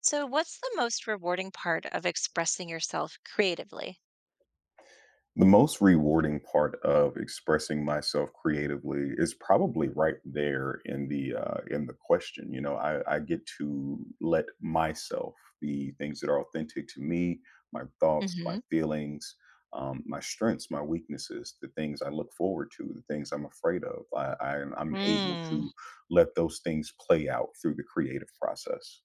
So, what's the most rewarding part of expressing yourself creatively? The most rewarding part of expressing myself creatively is probably right there in the question. You know, I get to let myself, the things that are authentic to me, my thoughts, my Hmm feelings, my strengths, my weaknesses, the things I look forward to, the things I'm afraid of. I'm able Mm. to let those things play out through the creative process.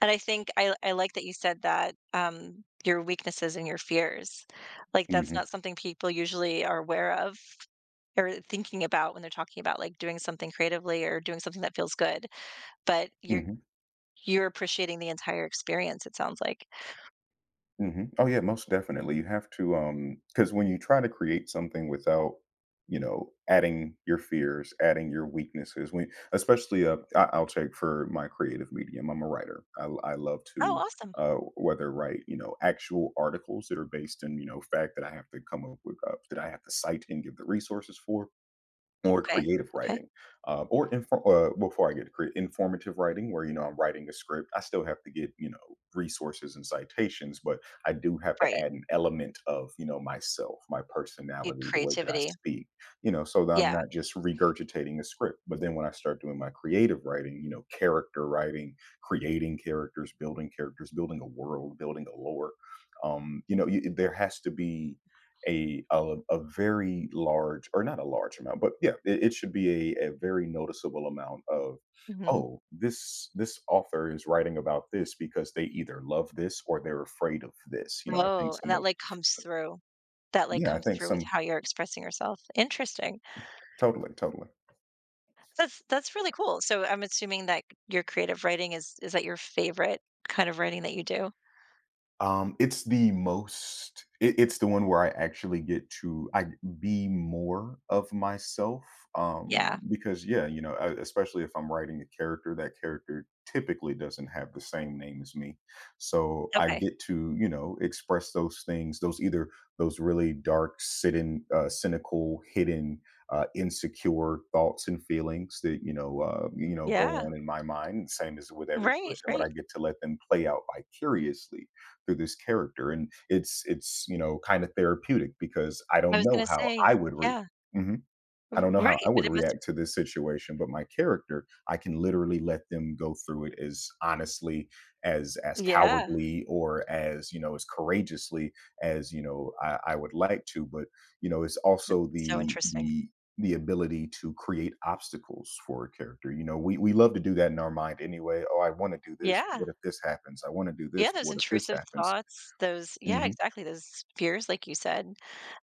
And I think I like that you said that your weaknesses and your fears, like that's Hmm. not something people usually are aware of or thinking about when they're talking about like doing something creatively or doing something that feels good. But you're Hmm. you're appreciating the entire experience. It sounds like. Mhm. Oh, yeah, most definitely. You have to, because when you try to create something without, adding your fears, adding your weaknesses, when especially, I'll take for my creative medium. I'm a writer. I love Oh, to, awesome. Whether write, actual articles that are based in, fact that I have to come up with, that I have to cite and give the resources for, or Okay. creative Okay. writing, or infor well, before I get to crea informative writing where, I'm writing a script. I still have to get, resources and citations, but I do have to Right. add an element of, myself, my Y- personality, the way that I Creativity. speak, so that I'm Yeah. not just regurgitating a script. But then when I start doing my creative writing, character writing, creating characters, building a world, building a lore, there has to be a very large or not a large amount, but yeah, it should be a very noticeable amount of hmm oh this author is writing about this because they either love this or they're afraid of this. You know, I think Oh, and some of that like comes so- through. That, like, yeah, I comes think through with some how you're expressing yourself. Interesting. totally, totally. That's really cool. So, I'm assuming that your creative writing is that your favorite kind of writing that you do? It's it's the one where I actually get to I be more of myself. Yeah. Because yeah, especially if I'm writing a character, that character typically doesn't have the same name as me. So I Okay. get to, express those things, those really dark, sitting, cynical, hidden, insecure thoughts and feelings that, go Yeah. on in my mind. Same as with every Right, person, but I right. get to let them play out vicariously through this character and it's, kind of therapeutic because I I don't was know gonna how say, I would re yeah. Mhm. R I don't know how I right, but would it must. react to this situation, but my character, I can literally let them go through it as honestly, as Yeah. cowardly or as, as courageously as, I would like to, but, it's That's also so the interesting. the the ability to create obstacles for a character, we love to do that in our mind anyway, "Oh, I wanna do this. What Yeah. if this happens? I wanna do Yeah, this. those What if this intrusive happens?" thoughts, those, yeah, Mhm. exactly, those fears, like you said.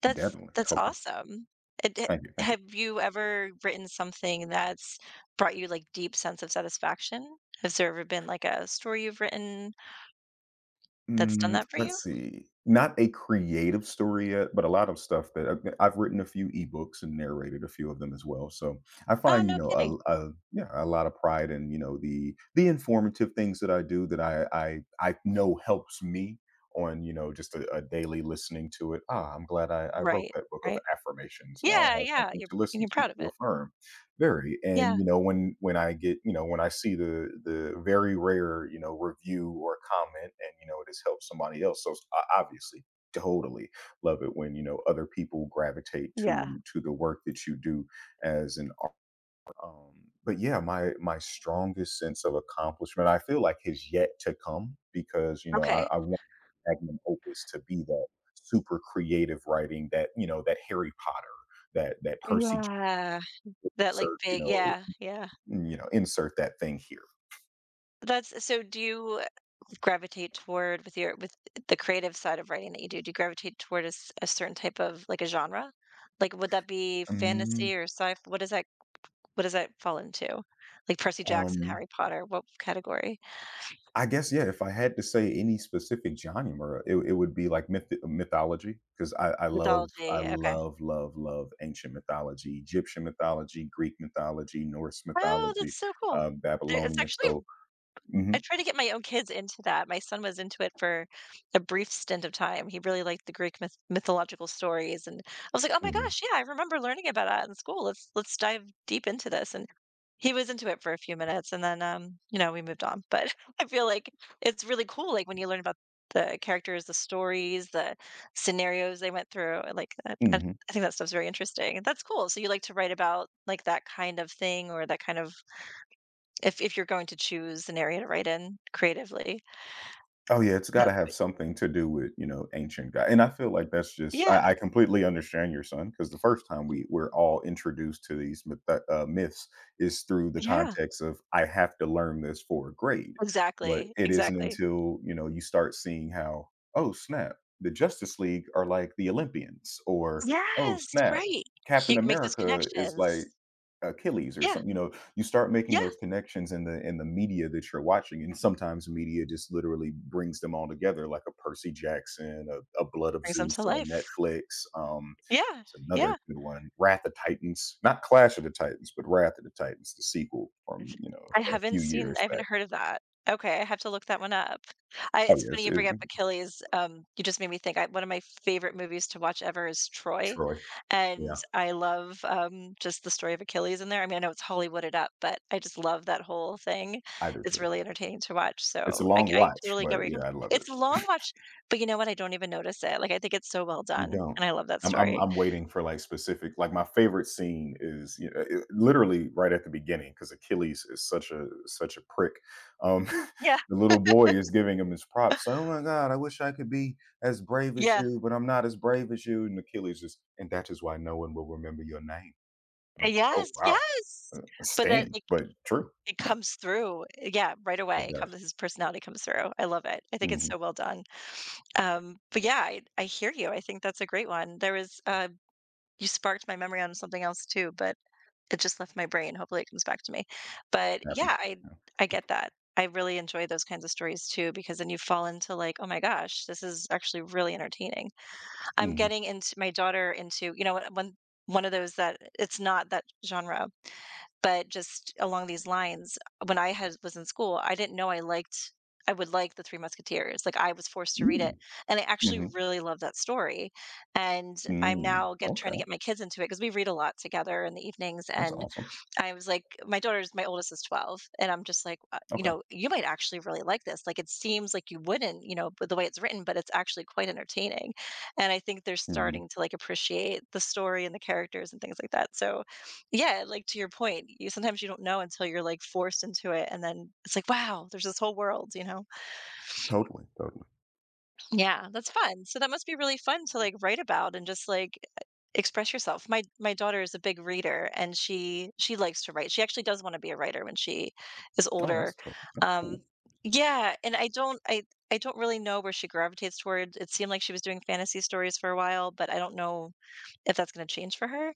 That's Definitely, that's totally. awesome. Thank you, thank you. Have you ever written something that's brought you like deep sense of satisfaction? Has there ever been like a story you've written that's done Mm, that for you? let's see. Not a creative story yet, but a lot of stuff that I've written a few ebooks and narrated a few of them as well, so I Oh, find, you no know, kidding. A yeah, a lot of pride in, the informative things that I do that I I know helps me on, just a daily listening to it. "Ah, I'm glad I wrote Right, that book of right. affirmations. Now I Yeah, have yeah. something to listen You're proud of to it. affirm." Very, and, Yeah, when I get when I see the very rare, review or comment and, it has helped somebody else, so s o obviously, totally love it when, other people gravitate yeah. to the work that you do as an art. um, but, yeah, my strongest sense of accomplishment, I feel like has yet to come because, I Okay. I want magnum opus to be that super creative writing that, that Harry Potter, that Percy Jackson, Yeah. That like you big, know yeah, yeah. Insert that thing here. That's so do you gravitate toward with your with the creative side of writing that you do? Do you gravitate toward a certain type of like a genre? Like would that be Mm, fantasy or sci? What does that fall into? Like Percy Jackson, um, Harry Potter, what category? I guess yeah. If I had to say any specific genre, it would be like mythology because I love, I Mythology. Okay. love, love, love ancient mythology, Egyptian mythology, Greek mythology, Norse Oh, that's mythology, so cool. It's Babylonian. So, actually Hmm. I try to get my own kids into that. My son was into it for a brief stint of time. He really liked the Greek mythological stories, and I was like, "Oh my gosh, yeah, I remember learning about that in school. Let's dive deep into this." And he was into it for a few minutes, and then you know, we moved on. But I feel like it's really cool, like when you learn about the characters, the stories, the scenarios they went through. And, like, I, Hmm. I think that stuff's very interesting. That's cool. So you like to write about like that kind of thing or that kind of if you're going to choose an area to write in creatively, Oh, yeah, it's gotta that's have what. something to do with, ancient guy and I feel like that's just I Yeah. I completely understand your son because the first time Mm. we're all introduced to these myths is through the Yeah. context of, "I have to learn this for a grade," but Exactly, it isn't exactly. until, you start seeing how, "Oh, snap, the Justice League are like the Olympians," or, "Oh, Yes, snap, right. Captain You can make those America is like" connections. Achilles or Yeah, something, you start making yeah. those connections in the media that you're watching, and sometimes media just literally brings them all together, like a Percy Jackson, a Blood of Brings them Zeus to on life. Netflix. Um, Yeah, it's another yeah. good one, Wrath of Titans, not Clash of the Titans, but Wrath of the Titans, the sequel from a few years I back. haven't heard of that. Okay, I have to look that one up. I Oh it's funny yes, you bring up Achilles, you just made me think, I one of my favorite movies to watch ever is Troy, Troy. Yeah, and I love, just the story of Achilles in there. I mean, I know it's Hollywooded up, but I just love that whole thing. I do It's too. really entertaining to watch, It's a so I long I watch, totally get where but you yeah, come I from. love it. It's a long watch, but you know what? I don't even notice it, like, I think it's so well You done, don't. and I love that I'm I'm story. I'm waiting for, like, specific like, my favorite scene is, it literally right at the beginning because Achilles is such a prick. Um, Yeah, the little boy is giving him his props, "Oh my god, I wish I could be as brave as yeah. you, but I'm not as brave as you," and Achilles is, "And that is why no one will remember your name." Oh, Yes, wow. yes! A But that, sting, like but true. it comes through. Yeah, right It away, it does. comes his personality comes through. I love it. I think it's Mhm. so well done. But yeah, I hear you. I think that's a great one. There was, you sparked my memory on something else too, but it just left my brain. Hopefully it comes back to me. But yeah, Happens. I Yeah. I get that. I really enjoy those kinds of stories too, because then you fall into like, oh my gosh, this is actually really entertaining. I'm Mhm. getting into my daughter into, you know, what one one of those that it's not that genre, but just along these lines, when I had was in school, I didn't know I would like The Three Musketeers, like, I was forced to read it, Mm. and I actually Mhm. really love that story, and I'm Mm. now get trying to Okay. get my kids into it because we read a lot together in the evenings, That's and awesome. I was like my daughter's my oldest is 12, and I'm just like, you Okay. know, you might actually really like this. Like, it seems like you wouldn't, you know, but the way it's written, but it's actually quite entertaining. And I think they're Mhm. starting to like appreciate the story and the characters and things like that. So, yeah, like to your point, you sometimes you don't know until you're like forced into it. And then it's like, wow, there's this whole world, you know? Totally, totally. Yeah, that's fun. So that must be really fun to, like, write about and just, like, e express yourself. My daughter is a big reader, and she likes to write. She actually does wanna be a writer when she is Oh, that's older. cool. That's Um, cool. yeah, and I don't really know where she gravitates toward. It seemed like she was doing fantasy stories for a while, but I don't know if that's gonna change for her.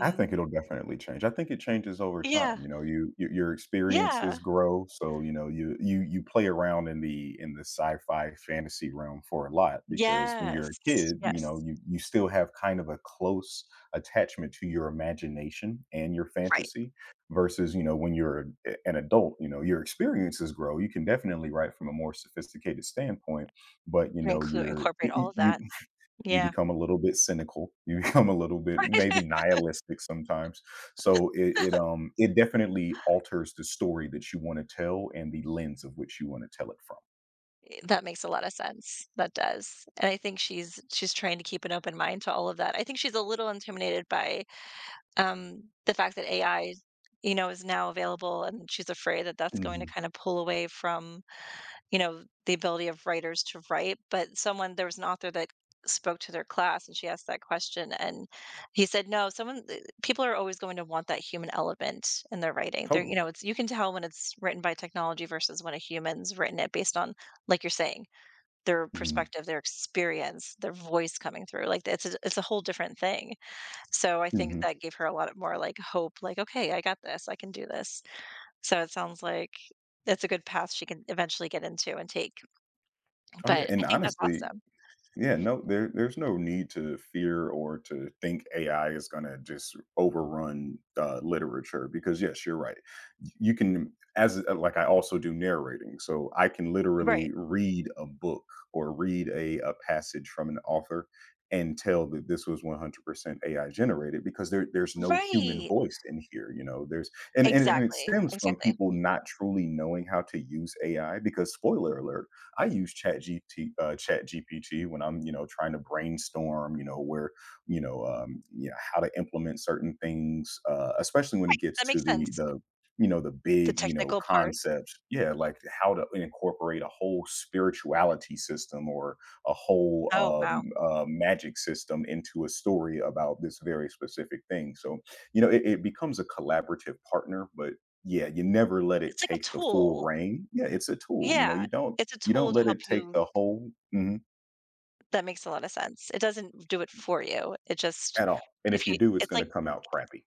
I think it'll definitely change. I think it changes over time. yeah. You know, you your experiences Yeah. grow, so you know you you play around in the sci-fi fantasy realm for a lot because when you're a Yes. kid, you know Yes. you still have kind of a close attachment to your imagination and your Right. fantasy versus you know when you're an adult, you know your experiences grow. You can definitely write from a more sophisticated standpoint, but you And know include incorporate all of that. You Yeah. become a little bit cynical. You become a little bit maybe nihilistic sometimes. So it definitely alters the story that you wanna tell and the lens of which you wanna tell it from. That makes a lot of sense. That does. And I think she's trying to keep an open mind to all of that. I think she's a little intimidated by, the fact that AI, you know, is now available, and she's afraid that that's going to Mhm. kind of pull away from, you know, the ability of writers to write. But someone there was an author that spoke to their class, and she asked that question, and he said, "No, people are always going to want that human element in their writing. They're, you Totally. know, it's you can tell when it's written by technology versus when a human's written it based on, like you're saying, their Mhm. perspective, their experience, their voice coming through, like, it's a whole different thing. So I think Mhm. that gave her a lot more, like, hope, like, "Okay, I got this, I can do this." So it sounds like that's a good path she can eventually get into and take, Oh, yeah, but and I think that's honestly awesome. yeah, no, there's no need to fear or to think AI is going to just overrun literature because, yes, you're right. You can, as like I also do narrating, so I can Right. literally read a book or read a passage from an author and tell that this was 100% AI generated because there's no human Right. voice in here. You know, there's, and it Exactly, stems from exactly. people not truly knowing how to use AI because, spoiler alert, I use ChatGPT Chat when I'm, trying to brainstorm, you know, where, you know, how to implement certain things, especially when it gets That to makes the sense. the the The big technical part. concepts yeah like how to incorporate a whole spirituality system or a whole Oh, wow. Magic system into a story about this very specific thing so you know it becomes a collaborative partner but yeah you never let it It's like a take the full tool. reign yeah it's a tool you Yeah, know you don't it's a tool to let help it take you. the whole That makes a lot of sense. It doesn't do it for you. It just at all, and if if you you do, it's it's gonna like. come out crappy.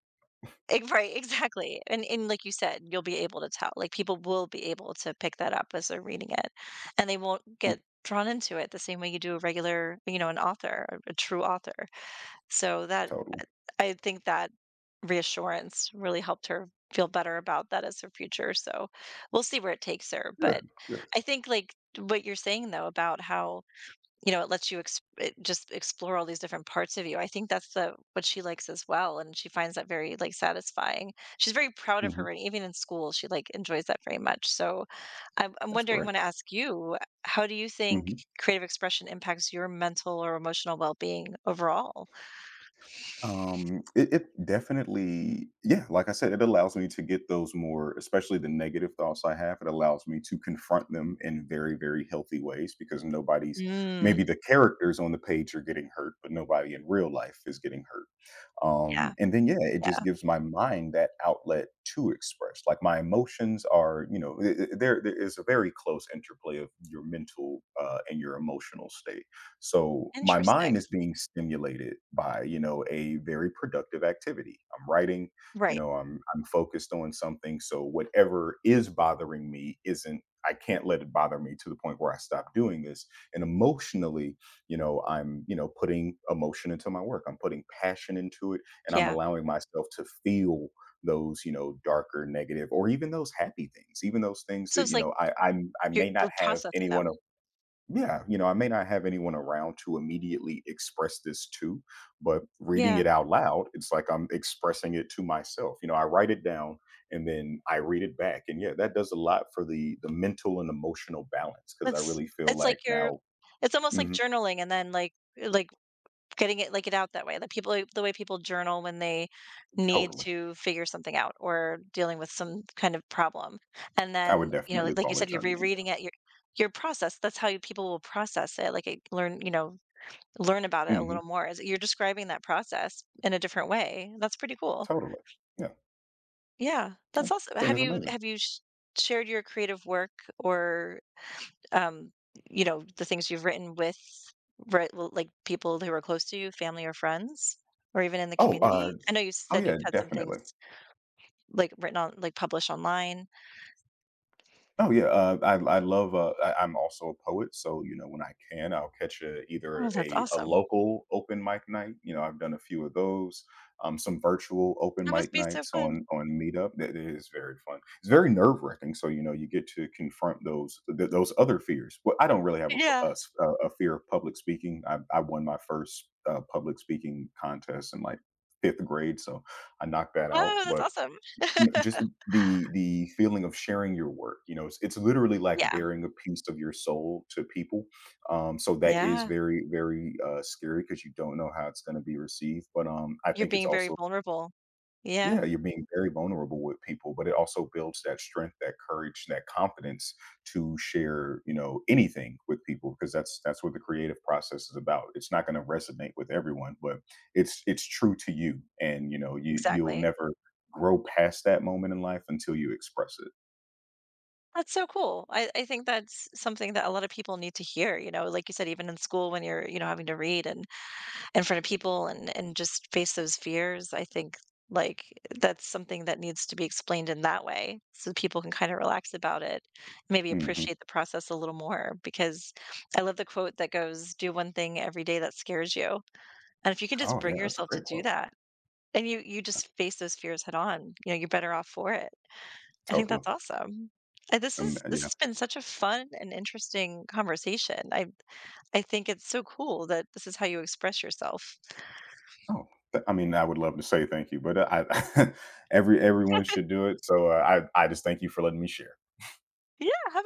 Right, exactly, and like you said, you'll be able to tell, like, people will be able to pick that up as they're reading it, and they won't get drawn into it the same way you do a regular you know, an author, a true author. So that Total. I think that reassurance really helped her feel better about that as her future, so we'll see where it takes her, but Good, good. I think, like, what you're saying, though, about how you know, it lets you ex it just explore all these different parts of you. I think that's the what she likes as well, and she finds that very, like, satisfying. She's very proud of Mhm. her, and even in school, she, like, enjoys that very much. So, I'm That's wondering, I great. wanna ask you, how do you think Mhm. creative expression impacts your mental or emotional well-being overall? It, it definitely, yeah, like I said, it allows me to get those more, especially the negative thoughts I have. It allows me to confront them in very, very healthy ways because nobody's, Mm, maybe the characters on the page are getting hurt, but nobody in real life is getting hurt. yeah, And then, yeah, it just yeah. gives my mind that outlet to express. Like my emotions are, there is a very close interplay of your mental and your emotional state so my mind Interesting. is being stimulated by, a very productive activity. I'm writing, Right. I'm focused on something. So whatever is bothering me isn't I can't let it bother me to the point where I stop doing this. And emotionally, I'm, putting emotion into my work. I'm putting passion into it and I'm Yeah. allowing myself to feel those, darker, negative, or even those happy things, even those things So that, it's you like know, i I you're may not we're have processing anyone them. yeah, I may not have anyone around to immediately express this to, but reading it Yeah. out loud, it's like I'm expressing it to myself. You know, I write it down and then I read it back. And yeah, that does a lot for the mental and emotional balance because I it's really feel it's like like you're now, it's almost like mhm, journaling and then, like, getting it like, it out that way, the people the way people journal when they need totally. to figure something out or dealing with some kind of problem, and I would then, you know, definitely like you call it said, you're journaling. rereading it, your process, that's how you people will process it, like, it learn you know, learn about Yeah. it a Hmm. little more as you're describing that process in a different way, that's pretty cool. Totally. Yeah. Yeah, I that's awesome. think Have it's you amazing. have you sh shared your creative work or um, you know, the things you've written with right, l- like people who are close to you, family or friends, or even in the Oh, community? I know you oh said yeah, you've had some things definitely. like written on, like published online. Oh yeah, I love. I'm also a poet, so you know when I can, I'll catch a, either Oh, that's a awesome. local open mic night. You know, I've done a few of those. Some virtual open That must mic be so nights fun. on Meetup. That is very fun. It's very nerve wracking. So you know you get to confront those those other fears. Well, I don't really have a f- Yeah. a s- a fear of public speaking. I won my first public speaking contest in like fifth grade, so I knocked that out. Oh, that's But awesome. N just the feeling of sharing your work, it's literally like Yeah. bearing a piece of your soul to people, so that is Yeah. very, very, scary because you don't know how it's gonna be received, but, I You're think it's being very also vulnerable. Yeah, yeah, you're being very vulnerable with people, but it also builds that strength, that courage, that confidence to share, anything with people because that's what the creative process is about. It's not going to resonate with everyone, but it's true to you, and you know, you'll exactly. never grow past that moment in life until you express it. That's so cool. I think that's something that a lot of people need to hear, you know, like you said, even in school when you're, you know, having to read and in front of people and just face those fears, I think, like, that's something that needs to be explained in that way so people can kinda relax about it, maybe Hmm. appreciate the process a little more because I love the quote that goes, "Do one thing every day that scares you." And if you can just Oh yeah, bring that's a yourself to great do point. that and you just face those fears head on, you know, you're better off for it. I think Totally. that's awesome. And this Yeah. has been such a fun and interesting conversation. I think it's so cool that this is how you express yourself. Oh, I mean, I would love to say thank you, but I everyone should do it. So I just thank you for letting me share. Yeah, have a